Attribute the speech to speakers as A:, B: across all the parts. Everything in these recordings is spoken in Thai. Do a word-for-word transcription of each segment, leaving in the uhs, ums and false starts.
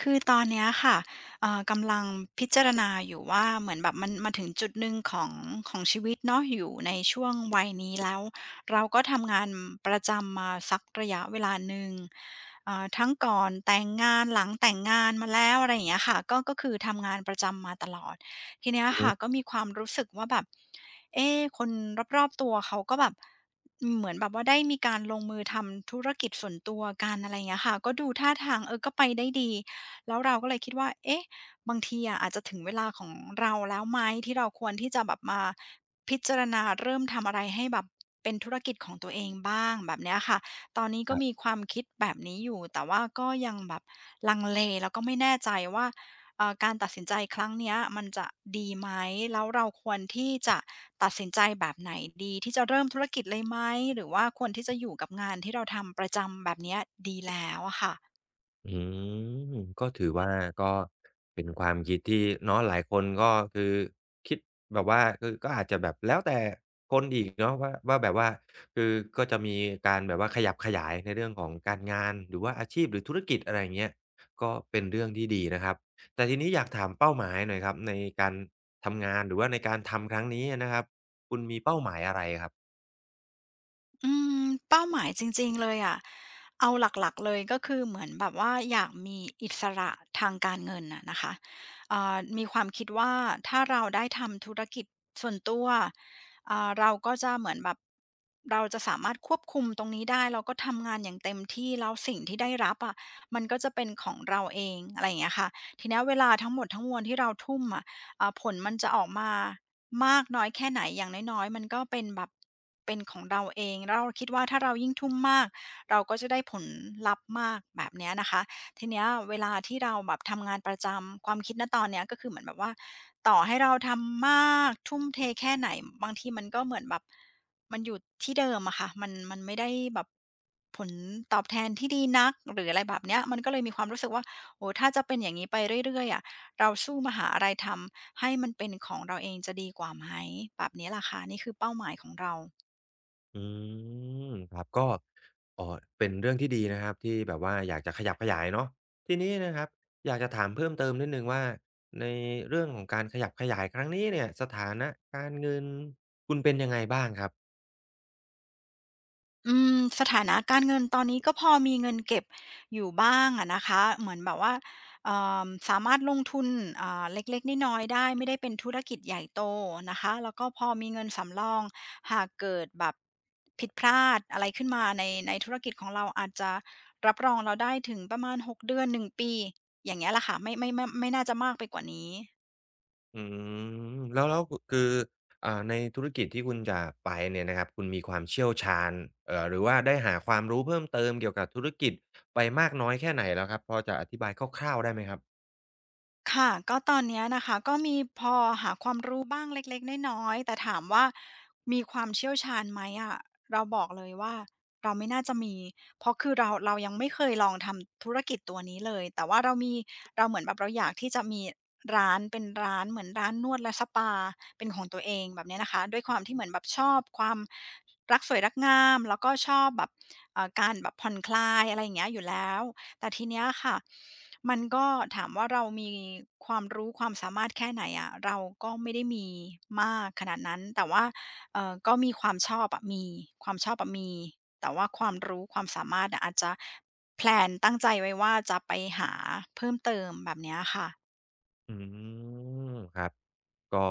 A: คือตอนเนี้ยค่ะเอ่อกำลังพิจารณาอยู่ว่าเหมือนแบบมันมาถึงจุดหนึ่งของของชีวิตเนาะอยู่ในช่วงวัยนี้แล้วเราก็ทำงานประจำมาสักระยะเวลาหนึ่งเอ่อทั้งก่อนแต่งงานหลังแต่งงานมาแล้วอะไรอย่างเงี้ยค่ะก็ก็คือทำงานประจำมาตลอดทีเนี้ย
B: อือฮึ
A: ค่ะก็มีความรู้สึกว่าแบบเอ๊ะคนรอบๆตัวเขาก็แบบเหมือนแบบว่าได้มีการลงมือทำธุรกิจส่วนตัวกันอะไรอย่างเงี้ยค่ะก็ดูท่าทางเออก็ไปได้ดี แล้วเราก็เลยคิดว่าเอ๊ะบางทีอะอาจจะถึงเวลาของเราแล้วไหมที่เราควรที่จะแบบมาพิจารณาเริ่มทำอะไรให้แบบเป็นธุรกิจของตัวเองบ้างแบบเนี้ยค่ะตอนนี้
B: ค
A: ก็
B: รั
A: มี
B: บ
A: ความคิดแบบนี้อยู่ แต่ว่าก็ยังแบบลังเลแล้วก็ไม่แน่ใจว่าเอ่อการตัดสินใจครั้งเนี้ยมันจะดีไหมแล้วเราควรที่จะตัดสินใจแบบไหนดีที่จะเริ่มธุรกิจเลยไหมหรือว่าควรที่จะอยู่กับงานที่เราทำประจำแบบเนี้ยดีแล้วอะค่ะ
B: อืมก็ถือว่าก็เป็นความคิดที่เนาะหลายคนก็คือคิดแบบว่าคือก็อาจจะแบบแล้วแต่คนอีกเนาะว่าว่าแบบว่าคือก็จะมีการแบบว่าขยับขยายในเรื่องของการงานหรือว่าอาชีพหรือธุรกิจอะไรอย่างเงี้ยก็เป็นเรื่องที่ดีนะครับแต่ทีนี้อยากถามเป้าหมายหน่อยครับในการทำงานหรือว่าในการทำครั้งนี้อะนะครับคุณมีเป้าหมายอะไรครับ
A: อืมเป้าหมายจริงๆเลยอะเอาหลักๆเลยก็คือเหมือนแบบว่าอยากมีอิสระทางการเงินน่ะนะคะอ่ามีความคิดว่าถ้าเราได้ทำธุรกิจส่วนตัวอ่าเราก็จะเหมือนแบบเราจะสามารถควบคุมตรงนี้ได้เราก็ทำงานอย่างเต็มที่แล้วสิ่งที่ได้รับอะมันก็จะเป็นของเราเองอะไรอย่างเงี้ยค่ะทีเนี้ยเวลาทั้งหมดทั้งมวลที่เราทุ่มอะอ่าผลมันจะออกมา มากน้อยแค่ไหนอย่างน้อยๆมันก็เป็นแบบเป็นของเราเองแล้วเราคิดว่าถ้าเรายิ่งทุ่มมากเราก็จะได้ผลลัพธ์มากแบบเนี้ยนะคะทีเนี้ยเวลาที่เราแบบทำงานประจำความคิดณตอนเนี้ยก็คือเหมือนแบบว่าต่อให้เราทำมากทุ่มเทแค่ไหนบางทีมันก็เหมือนแบบมันอยู่ที่เดิมอะค่ะมันมันไม่ได้แบบผลตอบแทนที่ดีนักหรืออะไรแบบเนี้ยมันก็เลยมีความรู้สึกว่าโอ้โฮถ้าจะเป็นอย่างงี้ไปเรื่อยๆอะ เราสู้มาหาอะไรทำให้มันเป็นของเราเองจะดีกว่าไหมแบบนี้ล่ะค่ะนี่คือเป้าหมายของเรา
B: อืมครับก็เอ่อเป็นเรื่องที่ดีนะครับที่แบบว่าอยากจะขยับขยายเนาะทีนี้นะครับอยากจะถามเพิ่มเติมนิดหนึ่งว่าในเรื่องของการขยับขยายครั้งนี้เนี่ยสถานะการเงินคุณเป็นยังไงบ้างครับ
A: อืมสถานะการเงินตอนนี้ก็พอมีเงินเก็บอยู่บ้างอะนะคะเหมือนแบบว่าเอ่อสามารถลงทุนอ่าเล็กๆน้อยๆได้ไม่ได้เป็นธุรกิจใหญ่โตนะคะแล้วก็พอมีเงินสำรองหากเกิดแบบผิดพลาดอะไรขึ้นมาในในธุรกิจของเราอาจจะรับรองเราได้ถึงประมาณหกเดือนหนึ่งปีอย่างเงี้ยล่ะค่ะไม่ไม่ไม่ไม่น่าจะมากไปกว่านี้
B: อืมแล้วแล้วคคืออ่าในธุรกิจที่คุณจะไปเนี่ยนะครับคุณมีความเชี่ยวชาญเอ่อหรือว่าได้หาความรู้เพิ่มเติมเกี่ยวกับธุรกิจไปมากน้อยแค่ไหนแล้วครับพอจะอธิบายคร่าวๆได้ไหมครับ
A: ค่ะก็ตอนเนี้ยนะคะก็มีพอหาความรู้บ้างเล็กๆน้อยๆแต่ถามว่ามีความเชี่ยวชาญไหมอะเราบอกเลยว่าเราไม่น่าจะมีเพราะคือเราเรายังไม่เคยลองทำธุรกิจตัวนี้เลยแต่ว่าเรามีเราเหมือนแบบเราอยากที่จะมีร้านเป็นร้านเหมือนร้านนวดและสปาเป็นของตัวเองแบบเนี้ยนะคะด้วยความที่เหมือนแบบชอบความรักสวยรักงามแล้วก็ชอบแบบเอ่อการแบบผ่อนคลายอะไรอย่างเงี้ยอยู่แล้ว แต่ทีเนี้ยค่ะมันก็ถามว่าเรามีความรู้ความสามารถแค่ไหนอะเราก็ไม่ได้มีมากขนาดนั้นแต่ว่าเอ่อก็มีความชอบอะมีความชอบอะมีแต่ว่าความรู้ความสามารถอะอาจจะแพลนตั้งใจไว้ว่าจะไปหาเพิ่มเติมแบบเนี้ยค่ะ
B: อืมครับ ก็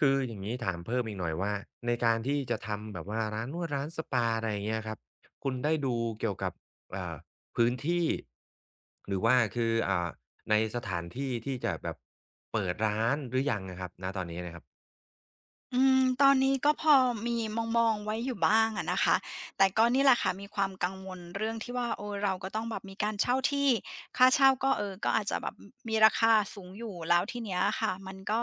B: คืออย่างนี้ถามเพิ่มอีกหน่อยว่าในการที่จะทำแบบว่าร้านนวดร้านสปาอะไรอย่างเงี้ยครับคุณได้ดูเกี่ยวกับเอ่อพื้นที่หรือว่าคืออ่าในสถานที่ที่จะแบบเปิดร้านหรือยังอะครับณตอนนี้นะครับ
A: อืมตอนนี้ก็พอมีมองๆไว้อยู่บ้างอะนะคะแต่ก็นี่แหละค่ะมีความกังวลเรื่องที่ว่าเออเราก็ต้องแบบมีการเช่าที่ค่าเช่าก็เออก็อาจจะแบบมีราคาสูงอยู่แล้วทีเนี้ยอะค่ะมันก็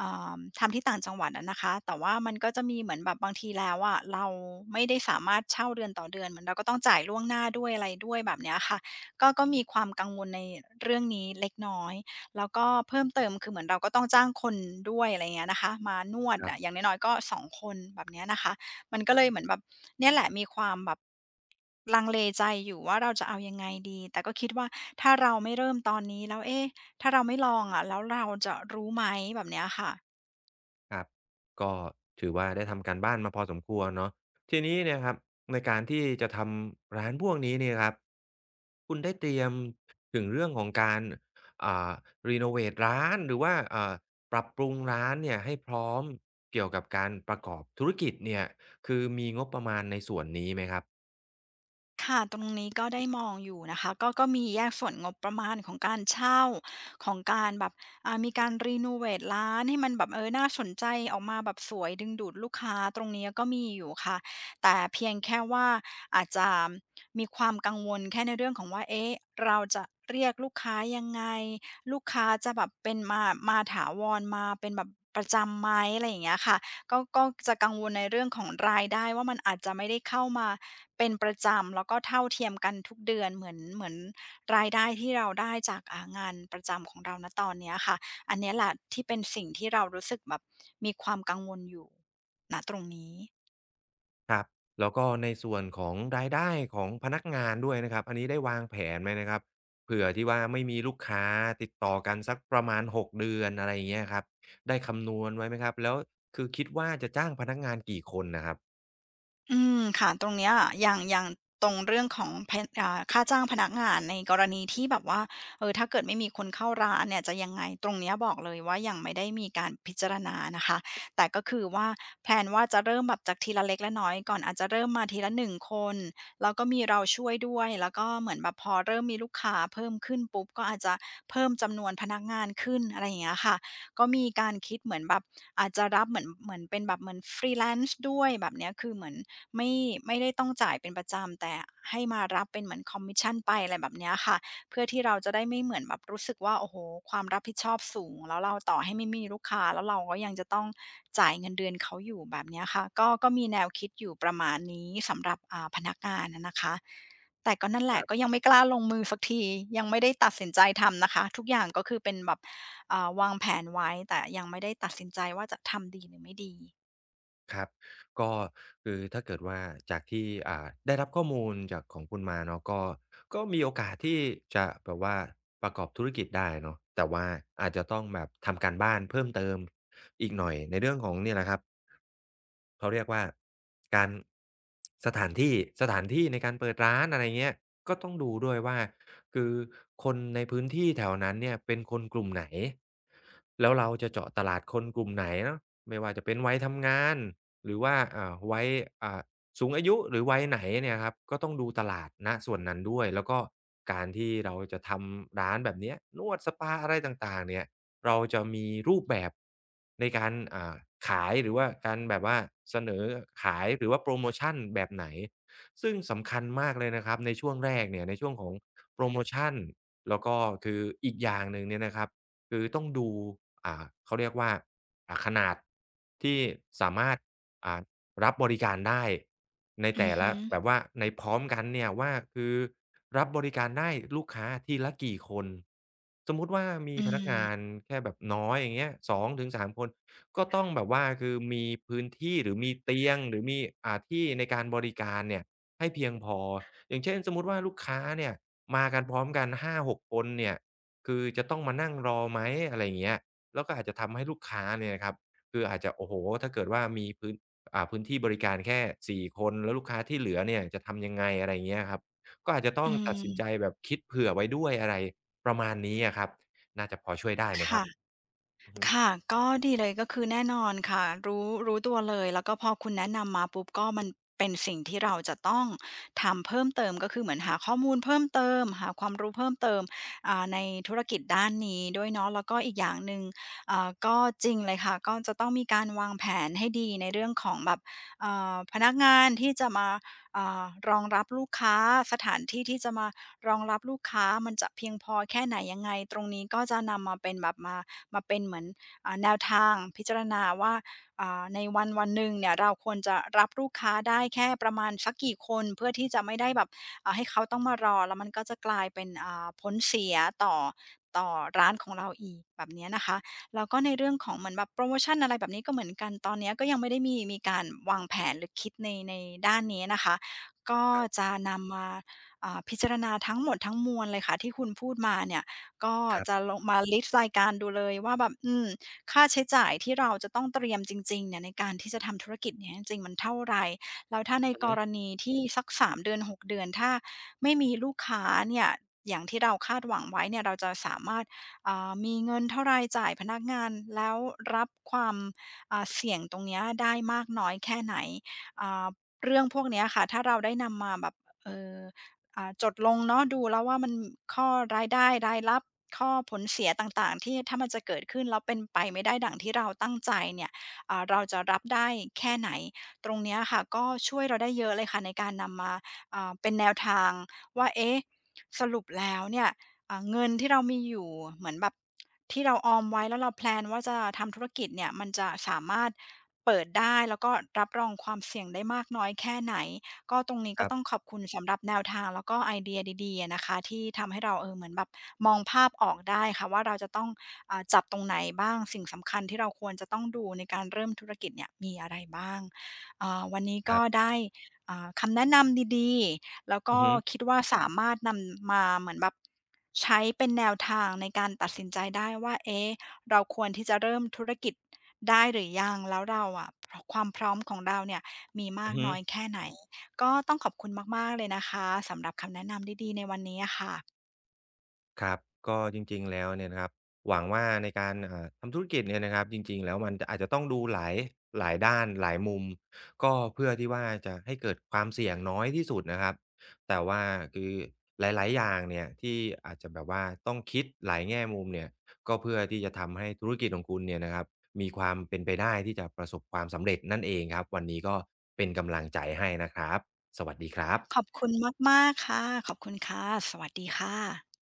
A: อ่าทำที่ต่างจังหวัดอะนะคะแต่ว่ามันก็จะมีเหมือนแบบบางทีแล้วอะเราไม่ได้สามารถเช่าเดือนต่อเดือนเหมือนเราก็ต้องจ่ายล่วงหน้าด้วยอะไรด้วยแบบเนี้ยค่ะก็ก็มีความกังวลในเรื่องนี้เล็กน้อย แล้วก็เพิ่มเติมคือเหมือนเราก็ต้องจ้างคนด้วยอะไรเงี้ยนะคะมานวด
B: ครับ
A: อะอย่างน้อยๆก็สองคนแบบเนี้ยนะคะมันก็เลยเหมือนแบบเนี่ยแหละมีความแบบลังเลใจอยู่ว่าเราจะเอายังไงดีแต่ก็คิดว่าถ้าเราไม่เริ่มตอนนี้แล้วเอ๊ะถ้าเราไม่ลองอะแล้วเราจะรู้ไหมแบบเนี้ยค่ะ
B: ครับก็ถือว่าได้ทำการบ้านมาพอสมควรเนาะทีนี้เนี่ยครับในการที่จะทำร้านพวกนี้เนี่ยครับคุณได้เตรียมถึงเรื่องของการอ่ารีโนเวตร้านหรือว่าอ่าปรับปรุงร้านเนี่ยให้พร้อมเกี่ยวกับการประกอบธุรกิจเนี่ยคือมีงบประมาณในส่วนนี้ไหมครับ
A: ค่ะตรงนี้ก็ได้มองอยู่นะคะก็ก็มีแยกส่วนงบประมาณของการเช่าของการแบบอ่ามีการรีโนเวตร้านให้มันแบบเออน่าสนใจออกมาแบบสวยดึงดูดลูกค้าตรงเนี้ยก็มีอยู่ค่ะแต่เพียงแค่ว่าอาจจะมีความกังวลแค่ในเรื่องของว่าเอ๊ะเราจะเรียกลูกค้ายังไงลูกค้าจะแบบเป็นมามาถาวรมาเป็นแบบประจำไหมอะไรอย่างเงี้ยค่ะก็ก็จะกังวลในเรื่องของรายได้ว่ามันอาจจะไม่ได้เข้ามา เป็นประจำแล้วก็เท่าเทียมกันทุกเดือนเหมือนเหมือนรายได้ที่เราได้จากอ่างานประจำของเราณตอนเนี้ยค่ะอันเนี้ยแหละที่เป็นสิ่งที่เรารู้สึกแบบมีความกังวลอยู่ณตรงนี้
B: ครับแล้วก็ในส่วนของรายได้ของพนักงานด้วยนะครับอันนี้ได้วางแผนไหมนะครับเผื่อที่ว่าไม่มีลูกค้าติดต่อกันสักประมาณหกเดือนอะไรอย่างเงี้ยครับได้คำนวณไว้ไหมครับแล้วคือคิดว่าจะจ้างพนักงานกี่คนน่ะครับ
A: อืมค่ะตรงเนี้ยอย่างอย่างตรงเรื่องของพนอ่าค่าจ้างพนักงานในกรณีที่แบบว่าเออถ้าเกิดไม่มีคนเข้าร้านเนี่ยจะยังไงตรงเนี้ยบอกเลยว่ายังไม่ได้มีการพิจารณานะคะแต่ก็คือว่าแพลนว่าจะเริ่มแบบจากทีละเล็กและน้อยก่อนอาจจะเริ่มมาทีละหนึ่งคนแล้วก็มีเราช่วยด้วยแล้วก็เหมือนแบบพอเริ่มมีลูกค้าเพิ่มขึ้นปุ๊บก็อาจจะเพิ่มจำนวนพนักงานขึ้นอะไรอย่างเงี้ยค่ะก็มีการคิดเหมือนแบบอาจจะรับเหมือนเหมือนเป็นแบบเหมือน f รีแ l นซ c ด้วยแบบเนี้ยคือเหมือน ไม่ไม่ได้ต้องจ่ายเป็นประจำแต่ให้มารับเป็นเหมือนคอมมิชชันไปอะไรแบบเนี้ยค่ะเพื่อที่เราจะได้ไม่เหมือนแบบรู้สึกว่าโอ้โฮความรับผิดชอบสูงแล้วเราต่อให้ไม่มีลูกค้าแล้วเราก็ยังจะต้องจ่ายเงินเดือนเขาอยู่แบบเนี้ยค่ะก็ก็มีแนวคิดอยู่ประมาณนี้สำหรับอ่าพนักงานอะนะคะแต่ก็นั่นแหละก็ยังไม่กล้าลงมือสักทียังไม่ได้ตัดสินใจทำนะคะทุกอย่างก็คือเป็นแบบอ่าวางแผนไว้แต่ยังไม่ได้ตัดสินใจว่าจะทำดีหรือไม่ดี
B: ครับก็คือถ้าเกิดว่าจากที่อ่าได้รับข้อมูลจากของคุณมาเนาะก็ก็มีโอกาสที่จะแบบว่าประกอบธุรกิจได้เนาะแต่ว่าอาจจะต้องแบบทำการบ้านเพิ่มเติมอีกหน่อยในเรื่องของเนี่ยแหละครับ เขาเรียกว่าการสถานที่สถานที่ในการเปิดร้านอะไรเงี้ยก็ต้องดูด้วยว่าคือคนในพื้นที่แถวนั้นเนี่ยเป็นคนกลุ่มไหนแล้วเราจะเจาะตลาดคนกลุ่มไหนเนาะไม่ว่าจะเป็นวัยทำงานหรือว่าอ่าวัยอ่าสูงอายุหรือวัยไหนเนี่ยครับก็ต้องดูตลาดณส่วนนั้นด้วยแล้วก็การที่เราจะทำร้านแบบเนี้ยนวดสปาอะไรต่างๆเนี่ย เราจะมีรูปแบบในการอ่าขายหรือว่าการแบบว่าเสนอขายหรือว่าโปรโมชันแบบไหนซึ่งสำคัญมากเลยนะครับในช่วงแรกเนี่ยในช่วงของโปรโมชันแล้วก็คืออีกอย่างหนึ่งเนี่ยนะครับคือต้องดูอ่าเขาเรียกว่าอ่าขนาดที่สามารถอ่ารับบริการได้ใน
A: อื
B: แต่
A: อ
B: ละ
A: ฮึ
B: แบบว่าในพร้อมกันเนี่ยว่าคือ รับบริการได้ลูกค้าทีละกี่คนสมมุติว่ามี
A: อื
B: พนักงา
A: ม
B: นแค่แบบน้อยอย่างเงี้ยสองถึงสามคนก็ต้องแบบว่าคือมีพื้นที่หรือมีเตียงหรือมีอ่าที่ในการบริการเนี่ยให้เพียงพออย่างเช่นสมมุติว่าลูกค้าเนี่ยมากันพร้อมกันหาหกคนเนี่ยคือจะต้องมานั่งรอไหมอะไรอย่างเงี้ยแล้วก็อาจจะทำให้ลูกค้าเนี่ยนะครับคืออาจจะโอ้โฮถ้าเกิดว่ามีพื้นอ่าพื้นที่บริการแค่สี่คนแล้วลูกค้าที่เหลือเนี่ยจะทำยังไงอะไรอย่างเงี้ยครับ ก็อาจจะต้
A: อื
B: องตัดสินใจ
A: ม
B: แบบคิดเผื่อไว้ด้วยอะไรประมาณนี้อะครับจะพอช่วยได้ไหมครับ
A: ค่ะ
B: อือฮึ
A: ค่ะก็ดีเลยก็คือแน่นอนค่ะรู้รู้ตัวเลยแล้วก็พอคุณแนะนำมาปุ๊บก็มันเป็นสิ่งที่เราจะต้องทำเพิ่มเติมก็คือเหมือนหาข้อมูลเพิ่มเติมหาความรู้เพิ่มเติมอ่าในธุรกิจด้านนี้ด้วยเนาะแล้วก็อีกอย่างหนึ่งอ่าก็จริงเลยค่ะก็จะต้องมีการวางแผนให้ดีในเรื่องของแบบเอ่าพนักงานที่จะมาอ่ารองรับลูกค้าสถานที่ที่จะมารองรับลูกค้ามันจะเพียงพอแค่ไหนยังไงตรงนี้ก็จะนำมาเป็นแบบมา มาเป็นเหมือนอ่าแนวทางพิจารณาว่าอ่าในวันวันหนึ่งเนี่ยเราควรจะรับลูกค้าได้แค่ประมาณสักกี่คนเพื่อที่จะไม่ได้แบบอ่าให้เขาต้องมารอแล้วมันก็จะกลายเป็นอ่าผลเสียต่อต่อร้านของเราอีกแบบเนี้ยนะคะแล้วก็ในเรื่องของเหมือนแบบโพรโมชันอะไรแบบนี้ก็เหมือนกันตอนเนี้ยก็ยังไม่ได้มีมีการวางแผนหรือคิดในในด้านนี้นะคะก็จะนำมาอ่าพิจารณาทั้งหมดทั้งมวลเลยค่ะที่คุณพูดมาเนี่ย ก็
B: ครั
A: จะ
B: บ
A: ลงมาลิสต์รายการดูเลยว่าแบบอืมค่าใช้จ่ายที่เราจะต้องเตรียมจริงๆเนี่ยในการที่จะทำธุรกิจเนี่ยจริงๆมันเท่าไรแล้วถ้าใน
B: อือ
A: กร
B: ฮึ
A: ณีที่สักสามเดือนหกเดือนถ้าไม่มีลูกค้าเนี่ยอย่างที่เราคาดหวังไว้เนี่ยเราจะสามารถอ่ามีเงินเท่าไรจ่ายพนักงานแล้วรับความอ่าเสี่ยงตรงเนี้ยได้มากน้อยแค่ไหนอ่าเรื่องพวกเนี้ยค่ะถ้าเราได้นำมาแบบเอ่อ อ่าจดลงเนาะดูแล้วว่ามันข้อรายได้รายรับข้อผลเสียต่างๆที่ถ้ามันจะเกิดขึ้นแล้วเป็นไปไม่ได้ดั่งที่เราตั้งใจเนี่ยอ่าเราจะรับได้แค่ไหนตรงเนี้ยค่ะก็ช่วยเราได้เยอะเลยค่ะในการนำมาอ่าเป็นแนวทางว่าเอ๊ะสรุปแล้วเนี่ยอ่าเงินที่เรามีอยู่เหมือนแบบที่เราออมไว้แล้วเราแพลนว่าจะทำธุรกิจเนี่ยมันจะสามารถเปิดได้แล้วก็รับรองความเสี่ยงได้มากน้อยแค่ไหน ก็ตรงนี้
B: ค
A: ก็
B: รั
A: ต้องข
B: บ
A: อบคุณสำหรับแนวทางแล้วก็ไอเดียดีๆอะนะคะที่ทำให้เราเออเหมือนแบบมองภาพออกได้ค่ะว่าเราจะต้องอ่าจับตรงไหนบ้างสิ่งสำคัญที่เราควรจะต้องดูในการเริ่มธุรกิจเนี่ยมีอะไรบ้างอ่าวันนี้
B: ค
A: ก็
B: รับ
A: ได้อ่าคำแนะนำดีๆแล้ว
B: อื
A: ก็
B: อฮึ
A: คิดว่าสามารถนำมาเหมือนแบบใช้เป็นแนวทางในการตัดสินใจได้ว่าเอ๊ะเราควรที่จะเริ่มธุรกิจได้หรือยังแล้วเราอะพความพร้อมของเราเนี่ยมีมา
B: อื
A: ก
B: อฮึ
A: น้อยแค่ไหน ก็ต้องขอบคุณมากๆเลยนะคะสำหรับคำแนะนำดีๆในวันนี้อะค่ะ
B: ครับก็จริงๆแล้วเนี่ยนะครับหวังว่าในการอ่าทำธุรกิจเนี่ยนะครับจริงๆแล้วมันอาจจะต้องดูหลายหลายด้านหลายมุมก็เพื่อที่ว่าจะให้เกิดความเสี่ยงน้อยที่สุดนะครับแต่ว่าคือหลายๆอย่างเนี่ยที่อาจจะแบบว่าต้องคิดหลายแง่มุมเนี่ยก็เพื่อที่จะทำให้ธุรกิจของคุณเนี่ยนะครับมีความเป็นไปได้ที่จะประสบความสำเร็จนั่นเองครับวันนี้ก็เป็นกำลังใจให้นะครับสวัสดีครั
A: ขอบ
B: บ
A: คุณมากๆค่ะขอบคุณค่ะสวัสดีค่ะ